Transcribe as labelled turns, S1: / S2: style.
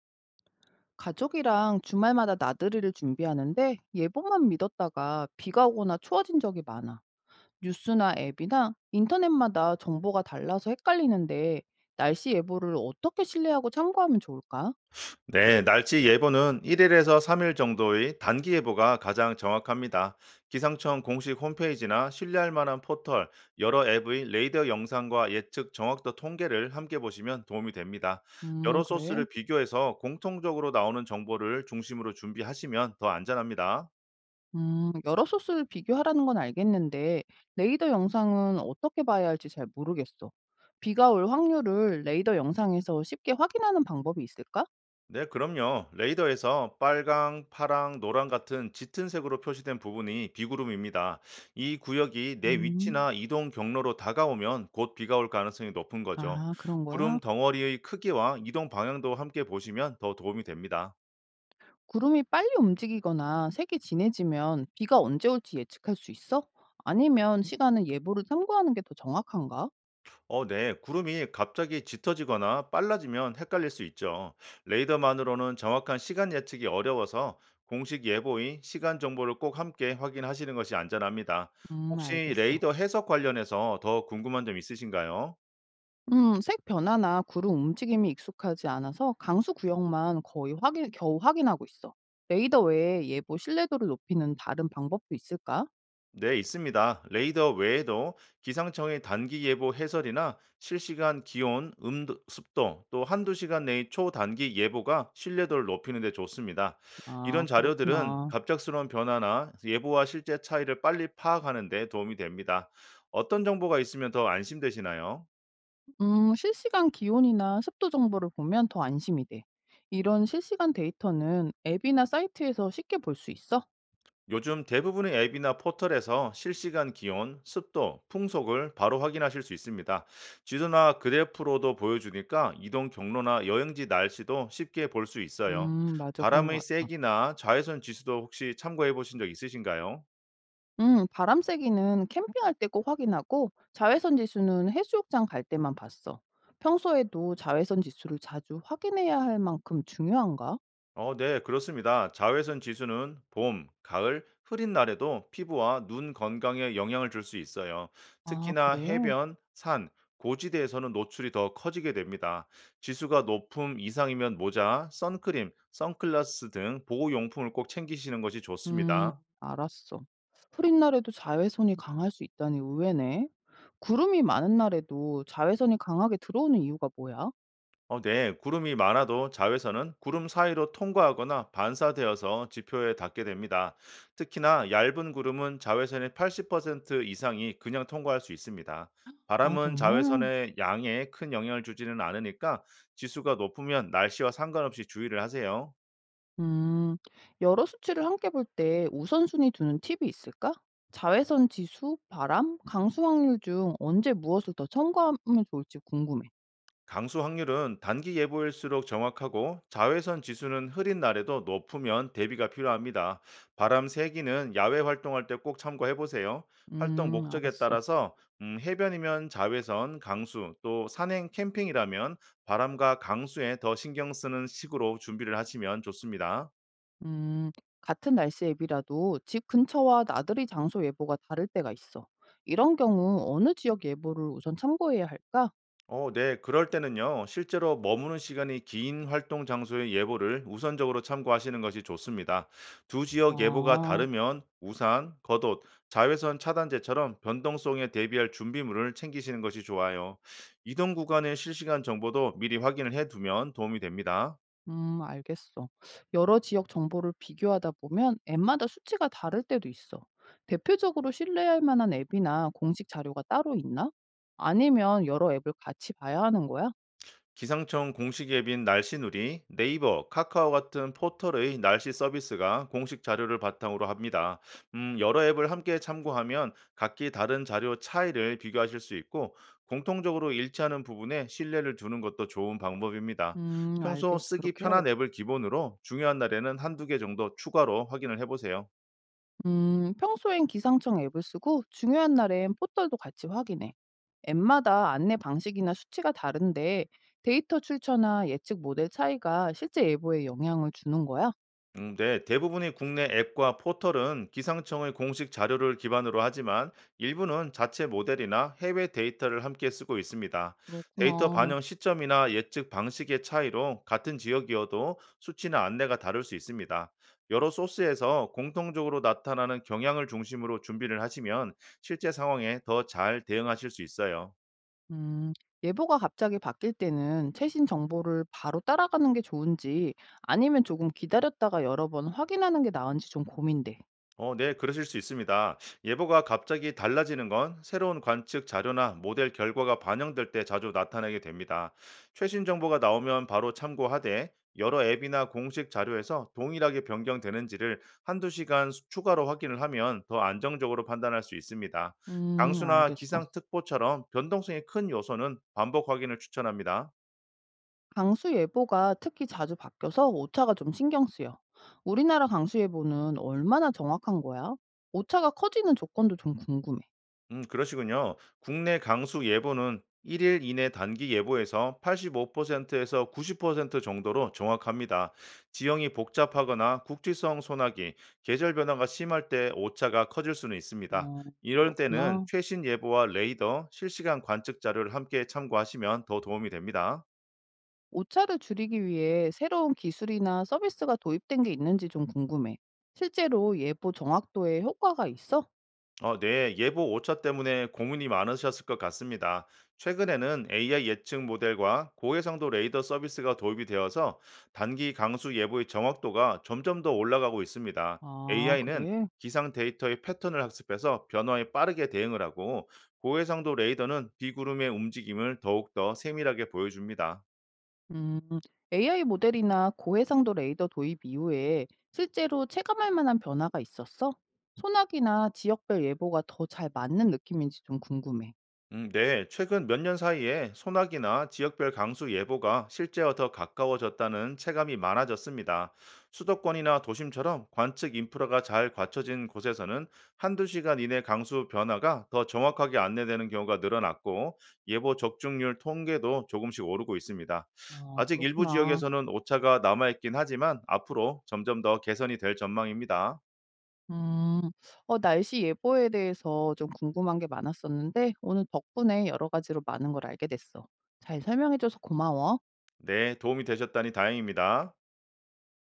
S1: 가족이랑 주말마다 나들이를 준비하는데 예보만 믿었다가 비가 오거나 추워진 적이 많아. 뉴스나 앱이나 인터넷마다 정보가 달라서 헷갈리는데 날씨 예보를 어떻게 신뢰하고 참고하면 좋을까?
S2: 네, 날씨 예보는 1일에서 3일 정도의 단기 예보가 가장 정확합니다. 기상청 공식 홈페이지나 신뢰할 만한 포털, 여러 앱의 레이더 영상과 예측 정확도 통계를 함께 보시면 도움이 됩니다. 여러
S1: 그래.
S2: 소스를 비교해서 공통적으로 나오는 정보를 중심으로 준비하시면 더 안전합니다.
S1: 여러 소스를 비교하라는 건 알겠는데 레이더 영상은 어떻게 봐야 할지 잘 모르겠어. 비가 올 확률을 레이더 영상에서 쉽게 확인하는 방법이 있을까?
S2: 네, 그럼요. 레이더에서 빨강, 파랑, 노랑 같은 짙은 색으로 표시된 부분이 비구름입니다. 이 구역이 내
S1: 음,
S2: 위치나 이동 경로로 다가오면 곧 비가 올 가능성이 높은 거죠.
S1: 그런 거야?
S2: 구름 덩어리의 크기와 이동 방향도 함께 보시면 더 도움이 됩니다.
S1: 구름이 빨리 움직이거나 색이 진해지면 비가 언제 올지 예측할 수 있어? 아니면 시간은 예보를 참고하는 게 더 정확한가?
S2: 네. 구름이 갑자기 짙어지거나 빨라지면 헷갈릴 수 있죠. 레이더만으로는 정확한 시간 예측이 어려워서 공식 예보인 시간 정보를 꼭 함께 확인하시는 것이 안전합니다. 혹시
S1: 알겠어.
S2: 레이더 해석 관련해서 더 궁금한 점 있으신가요?
S1: 색 변화나 구름 움직임이 익숙하지 않아서 강수 구역만 거의 확인, 겨우 확인하고 있어. 레이더 외에 예보 신뢰도를 높이는 다른 방법도 있을까?
S2: 네, 있습니다. 레이더 외에도 기상청의 단기 예보 해설이나 실시간 기온, 음도, 습도 또 한두 시간 내의 초단기 예보가 신뢰도를 높이는 데 좋습니다.
S1: 아,
S2: 이런 자료들은
S1: 그렇구나.
S2: 갑작스러운 변화나 예보와 실제 차이를 빨리 파악하는 데 도움이 됩니다. 어떤 정보가 있으면 더 안심되시나요?
S1: 실시간 기온이나 습도 정보를 보면 더 안심이 돼. 이런 실시간 데이터는 앱이나 사이트에서 쉽게 볼 수 있어?
S2: 요즘 대부분의 앱이나 포털에서 실시간 기온, 습도, 풍속을 바로 확인하실 수 있습니다. 지도나 그래프로도 보여주니까 이동 경로나 여행지 날씨도 쉽게 볼 수 있어요.
S1: 맞아. 그런
S2: 바람의
S1: 것 같아.
S2: 세기나 자외선 지수도 혹시 참고해 보신 적 있으신가요?
S1: 바람 세기는 캠핑할 때 꼭 확인하고 자외선 지수는 해수욕장 갈 때만 봤어. 평소에도 자외선 지수를 자주 확인해야 할 만큼 중요한가?
S2: 네, 그렇습니다. 자외선 지수는 봄, 가을, 흐린 날에도 피부와 눈 건강에 영향을 줄 수 있어요.
S1: 아
S2: 특히나
S1: 그래?
S2: 해변, 산, 고지대에서는 노출이 더 커지게 됩니다. 지수가 높음 이상이면 모자, 선크림, 선글라스 등 보호용품을 꼭 챙기시는 것이
S1: 음
S2: 좋습니다.
S1: 알았어. 흐린 날에도 자외선이 강할 수 있다니 의외네. 구름이 많은 날에도 자외선이 강하게 들어오는 이유가 뭐야?
S2: 네, 구름이 많아도 자외선은 구름 사이로 통과하거나 반사되어서 지표에 닿게 됩니다. 특히나 얇은 구름은 자외선의 80% 이상이 그냥 통과할 수 있습니다.
S1: 아
S2: 바람은
S1: 정말?
S2: 자외선의 양에 큰 영향을 주지는 않으니까 지수가 높으면 날씨와 상관없이 주의를 하세요.
S1: 음, 여러 수치를 함께 볼 때 우선순위 두는 팁이 있을까? 자외선 지수, 바람, 강수 확률 중 언제 무엇을 더 첨가하면 좋을지 궁금해.
S2: 강수 확률은 단기 예보일수록 정확하고 자외선 지수는 흐린 날에도 높으면 대비가 필요합니다. 바람 세기는 야외 활동할 때 꼭 참고해 보세요. 활동 목적에
S1: 알았어.
S2: 따라서 해변이면 자외선, 강수, 또 산행 캠핑이라면 바람과 강수에 더 신경 쓰는 식으로 준비를 하시면 좋습니다.
S1: 음, 같은 날씨 앱이라도 집 근처와 나들이 장소 예보가 다를 때가 있어. 이런 경우 어느 지역 예보를 우선 참고해야 할까?
S2: 네. 그럴 때는요, 실제로 머무는 시간이 긴 활동 장소의 예보를 우선적으로 참고하시는 것이 좋습니다. 두 지역 예보가
S1: 아,
S2: 다르면 우산, 겉옷, 자외선 차단제처럼 변동성에 대비할 준비물을 챙기시는 것이 좋아요. 이동 구간의 실시간 정보도 미리 확인을 해두면 도움이 됩니다.
S1: 알겠어. 여러 지역 정보를 비교하다 보면 앱마다 수치가 다를 때도 있어. 대표적으로 신뢰할 만한 앱이나 공식 자료가 따로 있나? 아니면 여러 앱을 같이 봐야 하는 거야?
S2: 기상청 공식 앱인 날씨누리, 네이버, 카카오 같은 포털의 날씨 서비스가 공식 자료를 바탕으로 합니다. 여러 앱을 함께 참고하면 각기 다른 자료 차이를 비교하실 수 있고 공통적으로 일치하는 부분에 신뢰를 두는 것도 좋은 방법입니다. 평소
S1: 알겠어.
S2: 쓰기
S1: 그렇게
S2: 편한
S1: 해야겠다.
S2: 앱을 기본으로 중요한 날에는 한두 개 정도 추가로 확인을 해보세요.
S1: 평소엔 기상청 앱을 쓰고 중요한 날엔 포털도 같이 확인해. 앱마다 안내 방식이나 수치가 다른데 데이터 출처나 예측 모델 차이가 실제 예보에 영향을 주는 거야?
S2: 네, 대부분의 국내 앱과 포털은 기상청의 공식 자료를 기반으로 하지만 일부는 자체 모델이나 해외 데이터를 함께 쓰고 있습니다. 데이터
S1: 그렇구나.
S2: 반영 시점이나 예측 방식의 차이로 같은 지역이어도 수치나 안내가 다를 수 있습니다. 여러 소스에서 공통적으로 나타나는 경향을 중심으로 준비를 하시면 실제 상황에 더 잘 대응하실 수 있어요.
S1: 음, 예보가 갑자기 바뀔 때는 최신 정보를 바로 따라가는 게 좋은지 아니면 조금 기다렸다가 여러 번 확인하는 게 나은지 좀 고민돼.
S2: 네, 그러실 수 있습니다. 예보가 갑자기 달라지는 건 새로운 관측 자료나 모델 결과가 반영될 때 자주 나타나게 됩니다. 최신 정보가 나오면 바로 참고하되 여러 앱이나 공식 자료에서 동일하게 변경되는지를 한두 시간 추가로 확인을 하면 더 안정적으로 판단할 수 있습니다. 강수나
S1: 알겠어.
S2: 기상특보처럼 변동성이 큰 요소는 반복 확인을 추천합니다.
S1: 강수 예보가 특히 자주 바뀌어서 오차가 좀 신경 쓰여. 우리나라 강수 예보는 얼마나 정확한 거야? 오차가 커지는 조건도 좀 궁금해.
S2: 그러시군요. 국내 강수 예보는 1일 이내 단기 예보에서 85%에서 90% 정도로 정확합니다. 지형이 복잡하거나 국지성 소나기, 계절 변화가 심할 때 오차가 커질 수는 있습니다.
S1: 어,
S2: 이런 때는
S1: 그렇구나.
S2: 최신 예보와 레이더, 실시간 관측 자료를 함께 참고하시면 더 도움이 됩니다.
S1: 오차를 줄이기 위해 새로운 기술이나 서비스가 도입된 게 있는지 좀 궁금해. 실제로 예보 정확도에 효과가 있어?
S2: 네, 예보 오차 때문에 고민이 많으셨을 것 같습니다. 최근에는 AI 예측 모델과 고해상도 레이더 서비스가 도입이 되어서 단기 강수 예보의 정확도가 점점 더 올라가고 있습니다.
S1: 아,
S2: AI는
S1: 그래?
S2: 기상 데이터의 패턴을 학습해서 변화에 빠르게 대응을 하고 고해상도 레이더는 비구름의 움직임을 더욱더 세밀하게 보여줍니다.
S1: 음, AI 모델이나 고해상도 레이더 도입 이후에 실제로 체감할 만한 변화가 있었어? 소나기나 지역별 예보가 더 잘 맞는 느낌인지 좀 궁금해.
S2: 네, 최근 몇 년 사이에 소나기나 지역별 강수 예보가 실제와 더 가까워졌다는 체감이 많아졌습니다. 수도권이나 도심처럼 관측 인프라가 잘 갖춰진 곳에서는 한두 시간 이내 강수 변화가 더 정확하게 안내되는 경우가 늘어났고 예보 적중률 통계도 조금씩 오르고 있습니다.
S1: 어,
S2: 아직 일부
S1: 그렇구나.
S2: 지역에서는 오차가 남아있긴 하지만 앞으로 점점 더 개선이 될 전망입니다.
S1: 음, 날씨 예보에 대해서 좀 궁금한 게 많았었는데, 오늘 덕분에 여러 가지로 많은 걸 알게 됐어. 잘 설명해줘서 고마워.
S2: 네, 도움이 되셨다니 다행입니다.